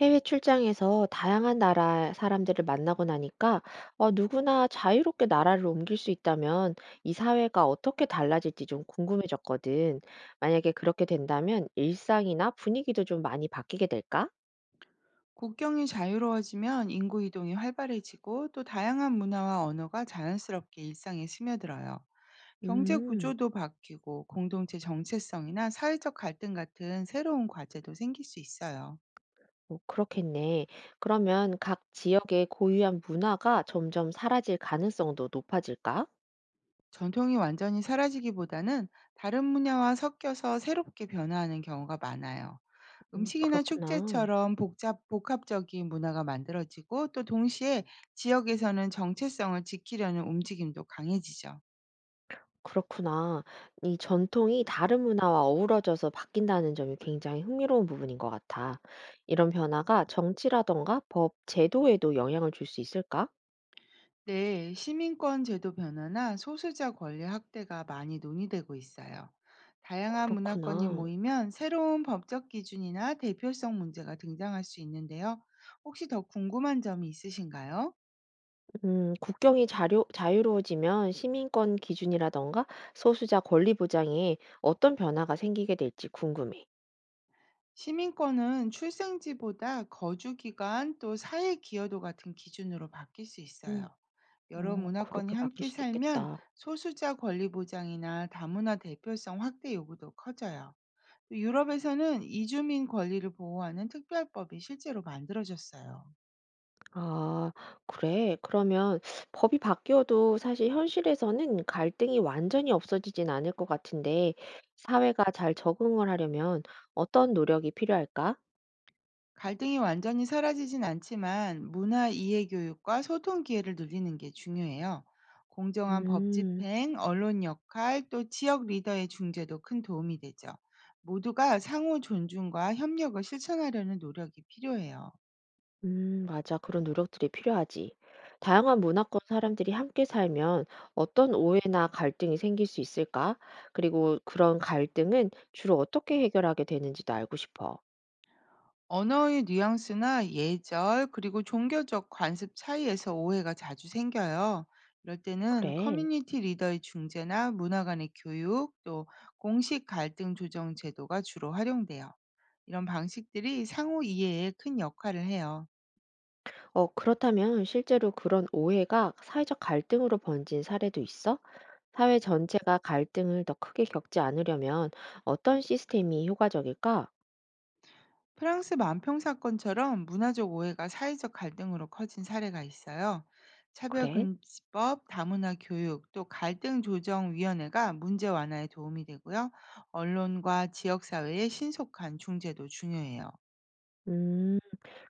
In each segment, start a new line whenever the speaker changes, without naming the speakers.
해외 출장에서 다양한 나라 사람들을 만나고 나니까 누구나 자유롭게 나라를 옮길 수 있다면 이 사회가 어떻게 달라질지 좀 궁금해졌거든. 만약에 그렇게 된다면 일상이나 분위기도 좀 많이 바뀌게 될까?
국경이 자유로워지면 인구 이동이 활발해지고 또 다양한 문화와 언어가 자연스럽게 일상에 스며들어요. 경제
음,
구조도 바뀌고 공동체 정체성이나 사회적 갈등 같은 새로운 과제도 생길 수 있어요.
뭐 그렇겠네. 그러면 각 지역의 고유한 문화가 점점 사라질 가능성도 높아질까?
전통이 완전히 사라지기보다는 다른 문화와 섞여서 새롭게 변화하는 경우가 많아요. 음식이나
그렇구나.
축제처럼 복합적인 문화가 만들어지고 또 동시에 지역에서는 정체성을 지키려는 움직임도 강해지죠.
그렇구나. 이 전통이 다른 문화와 어우러져서 바뀐다는 점이 굉장히 흥미로운 부분인 것 같아. 이런 변화가 정치라던가 법, 제도에도 영향을 줄 수 있을까?
네, 시민권 제도 변화나 소수자 권리 확대가 많이 논의되고 있어요. 다양한 문화권이
그렇구나.
모이면 새로운 법적 기준이나 대표성 문제가 등장할 수 있는데요. 혹시 더 궁금한 점이 있으신가요?
국경이 자유로워지면 시민권 기준이라던가 소수자 권리 보장에 어떤 변화가 생기게 될지 궁금해.
시민권은 출생지보다 거주기간 또 사회 기여도 같은 기준으로 바뀔 수
음,
있어요. 여러
어,
문화권이
그렇게 바뀔
함께
수도
살면
있겠다.
소수자 권리 보장이나 다문화 대표성 확대 요구도 커져요. 유럽에서는 이주민 권리를 보호하는 특별법이 실제로 만들어졌어요.
아, 그래. 그러면 법이 바뀌어도 사실 현실에서는 갈등이 완전히 없어지진 않을 것 같은데, 사회가 잘 적응을 하려면 어떤 노력이 필요할까?
갈등이 완전히 사라지진 않지만 문화 이해 교육과 소통 기회를 늘리는 게 중요해요. 공정한 법
음,
집행, 언론 역할, 또 지역 리더의 중재도 큰 도움이 되죠. 모두가 상호 존중과 협력을 실천하려는 노력이 필요해요.
맞아. 그런 노력들이 필요하지. 다양한 문화권 사람들이 함께 살면 어떤 오해나 갈등이 생길 수 있을까? 그리고 그런 갈등은 주로 어떻게 해결하게 되는지도 알고 싶어.
언어의 뉘앙스나 예절, 그리고 종교적 관습 차이에서 오해가 자주 생겨요. 이럴 때는
그래.
커뮤니티 리더의 중재나 문화 간의 교육, 또 공식 갈등 조정 제도가 주로 활용돼요. 이런 방식들이 상호 이해에 큰 역할을 해요.
어, 그렇다면 실제로 그런 오해가 사회적 갈등으로 번진 사례도 있어? 사회 전체가 갈등을 더 크게 겪지 않으려면 어떤 시스템이 효과적일까?
프랑스 만평 사건처럼 문화적 오해가 사회적 갈등으로 커진 사례가 있어요.
그래?
차별금지법, 다문화 교육, 또 갈등조정위원회가 문제 완화에 도움이 되고요. 언론과 지역사회의 신속한 중재도 중요해요.
음,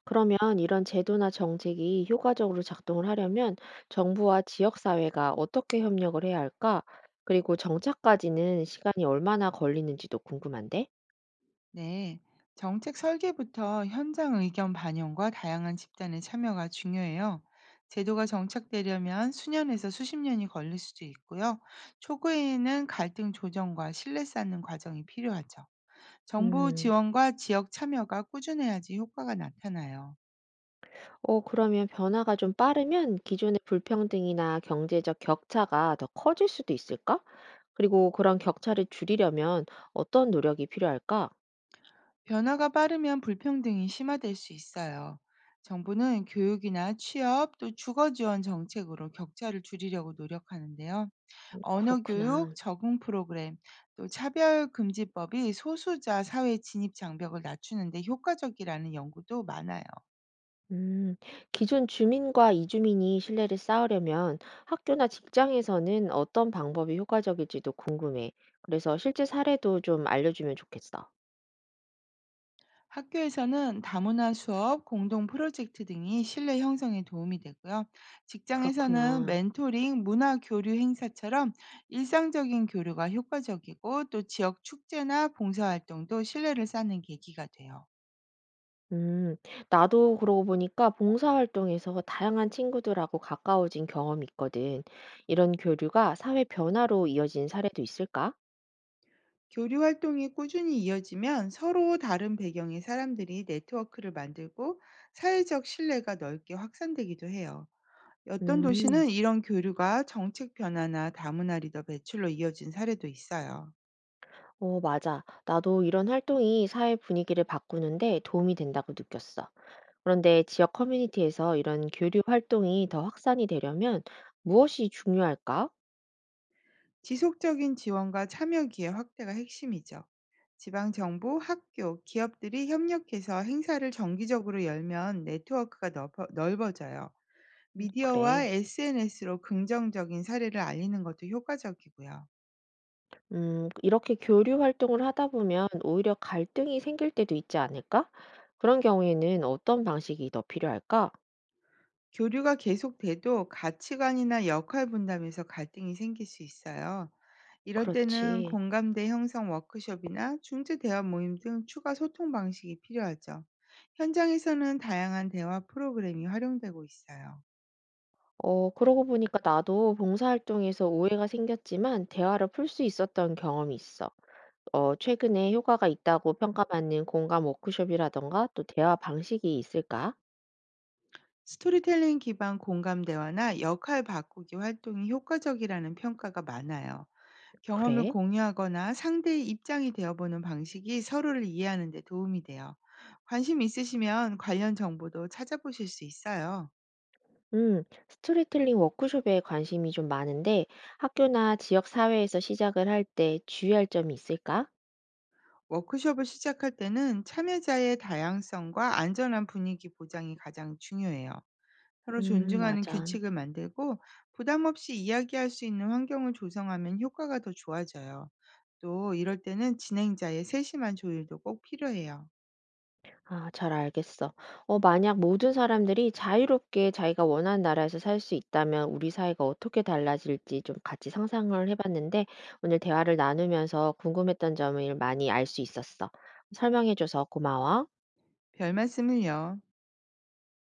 그러면 이런 제도나 정책이 효과적으로 작동을 하려면 정부와 지역사회가 어떻게 협력을 해야 할까? 그리고 정착까지는 시간이 얼마나 걸리는지도 궁금한데?
네. 정책 설계부터 현장 의견 반영과 다양한 집단의 참여가 중요해요. 제도가 정착되려면 수년에서 수십 년이 걸릴 수도 있고요. 초기에는 갈등 조정과 신뢰 쌓는 과정이 필요하죠. 정부
음.
지원과 지역 참여가 꾸준해야지 효과가 나타나요.
어 그러면 변화가 좀 빠르면 기존의 불평등이나 경제적 격차가 더 커질 수도 있을까? 그리고 그런 격차를 줄이려면 어떤 노력이 필요할까?
변화가 빠르면 불평등이 심화될 수 있어요. 정부는 교육이나 취업 또 주거 지원 정책으로 격차를 줄이려고 노력하는데요. 언어 교육,
그렇구나.
적응 프로그램, 또 차별 금지법이 소수자 사회 진입 장벽을 낮추는데 효과적이라는 연구도 많아요.
음, 기존 주민과 이주민이 신뢰를 쌓으려면 학교나 직장에서는 어떤 방법이 효과적일지도 궁금해. 그래서 실제 사례도 좀 알려주면 좋겠어.
학교에서는 다문화 수업, 공동 프로젝트 등이 신뢰 형성에 도움이 되고요. 직장에서는
그렇구나.
멘토링, 문화 교류 행사처럼 일상적인 교류가 효과적이고 또 지역 축제나 봉사활동도 신뢰를 쌓는 계기가 돼요.
음, 나도 그러고 보니까 봉사활동에서 다양한 친구들하고 가까워진 경험이 있거든. 이런 교류가 사회 변화로 이어진 사례도 있을까?
교류 활동이 꾸준히 이어지면 서로 다른 배경의 사람들이 네트워크를 만들고 사회적 신뢰가 넓게 확산되기도 해요. 어떤
음,
도시는 이런 교류가 정책 변화나 다문화 리더 배출로 이어진 사례도 있어요.
어, 맞아. 나도 이런 활동이 사회 분위기를 바꾸는데 도움이 된다고 느꼈어. 그런데 지역 커뮤니티에서 이런 교류 활동이 더 확산이 되려면 무엇이 중요할까?
지속적인 지원과 참여 기회 확대가 핵심이죠. 지방 정부, 학교, 기업들이 협력해서 행사를 정기적으로 열면 넓어져요. 미디어와
그래.
SNS로 긍정적인 사례를 알리는 것도 효과적이고요.
이렇게 교류 활동을 하다 보면 오히려 갈등이 생길 때도 있지 않을까? 그런 경우에는 어떤 방식이 더 필요할까?
교류가 계속돼도 가치관이나 역할 분담에서 갈등이 생길 수 있어요. 이런 때는
그렇지.
공감대 형성 워크숍이나 중재 대화 모임 등 추가 소통 방식이 필요하죠. 현장에서는 다양한 대화 프로그램이 활용되고 있어요.
어, 그러고 보니까 나도 봉사활동에서 오해가 생겼지만 대화를 풀 수 있었던 경험이 있어. 어, 최근에 효과가 있다고 평가받는 공감 워크숍이라던가 또 대화 방식이 있을까?
스토리텔링 기반 공감 대화나 역할 바꾸기 활동이 효과적이라는 평가가 많아요. 경험을
그래.
공유하거나 상대의 입장이 되어보는 방식이 서로를 이해하는 데 도움이 돼요. 관심 있으시면 관련 정보도 찾아보실 수 있어요.
스토리텔링 워크숍에 관심이 좀 많은데 학교나 지역 사회에서 시작을 할 때 주의할 점이 있을까?
워크숍을 시작할 때는 참여자의 다양성과 안전한 분위기 보장이 가장 중요해요. 서로 존중하는
맞아.
규칙을 만들고 부담 없이 이야기할 수 있는 환경을 조성하면 효과가 더 좋아져요. 또 이럴 때는 진행자의 세심한 조율도 꼭 필요해요.
아 잘 알겠어. 어 만약 모든 사람들이 자유롭게 자기가 원하는 나라에서 살 수 있다면 우리 사회가 어떻게 달라질지 좀 같이 상상을 해 봤는데 오늘 대화를 나누면서 궁금했던 점을 많이 알 수 있었어. 설명해 줘서 고마워.
별 말씀을요.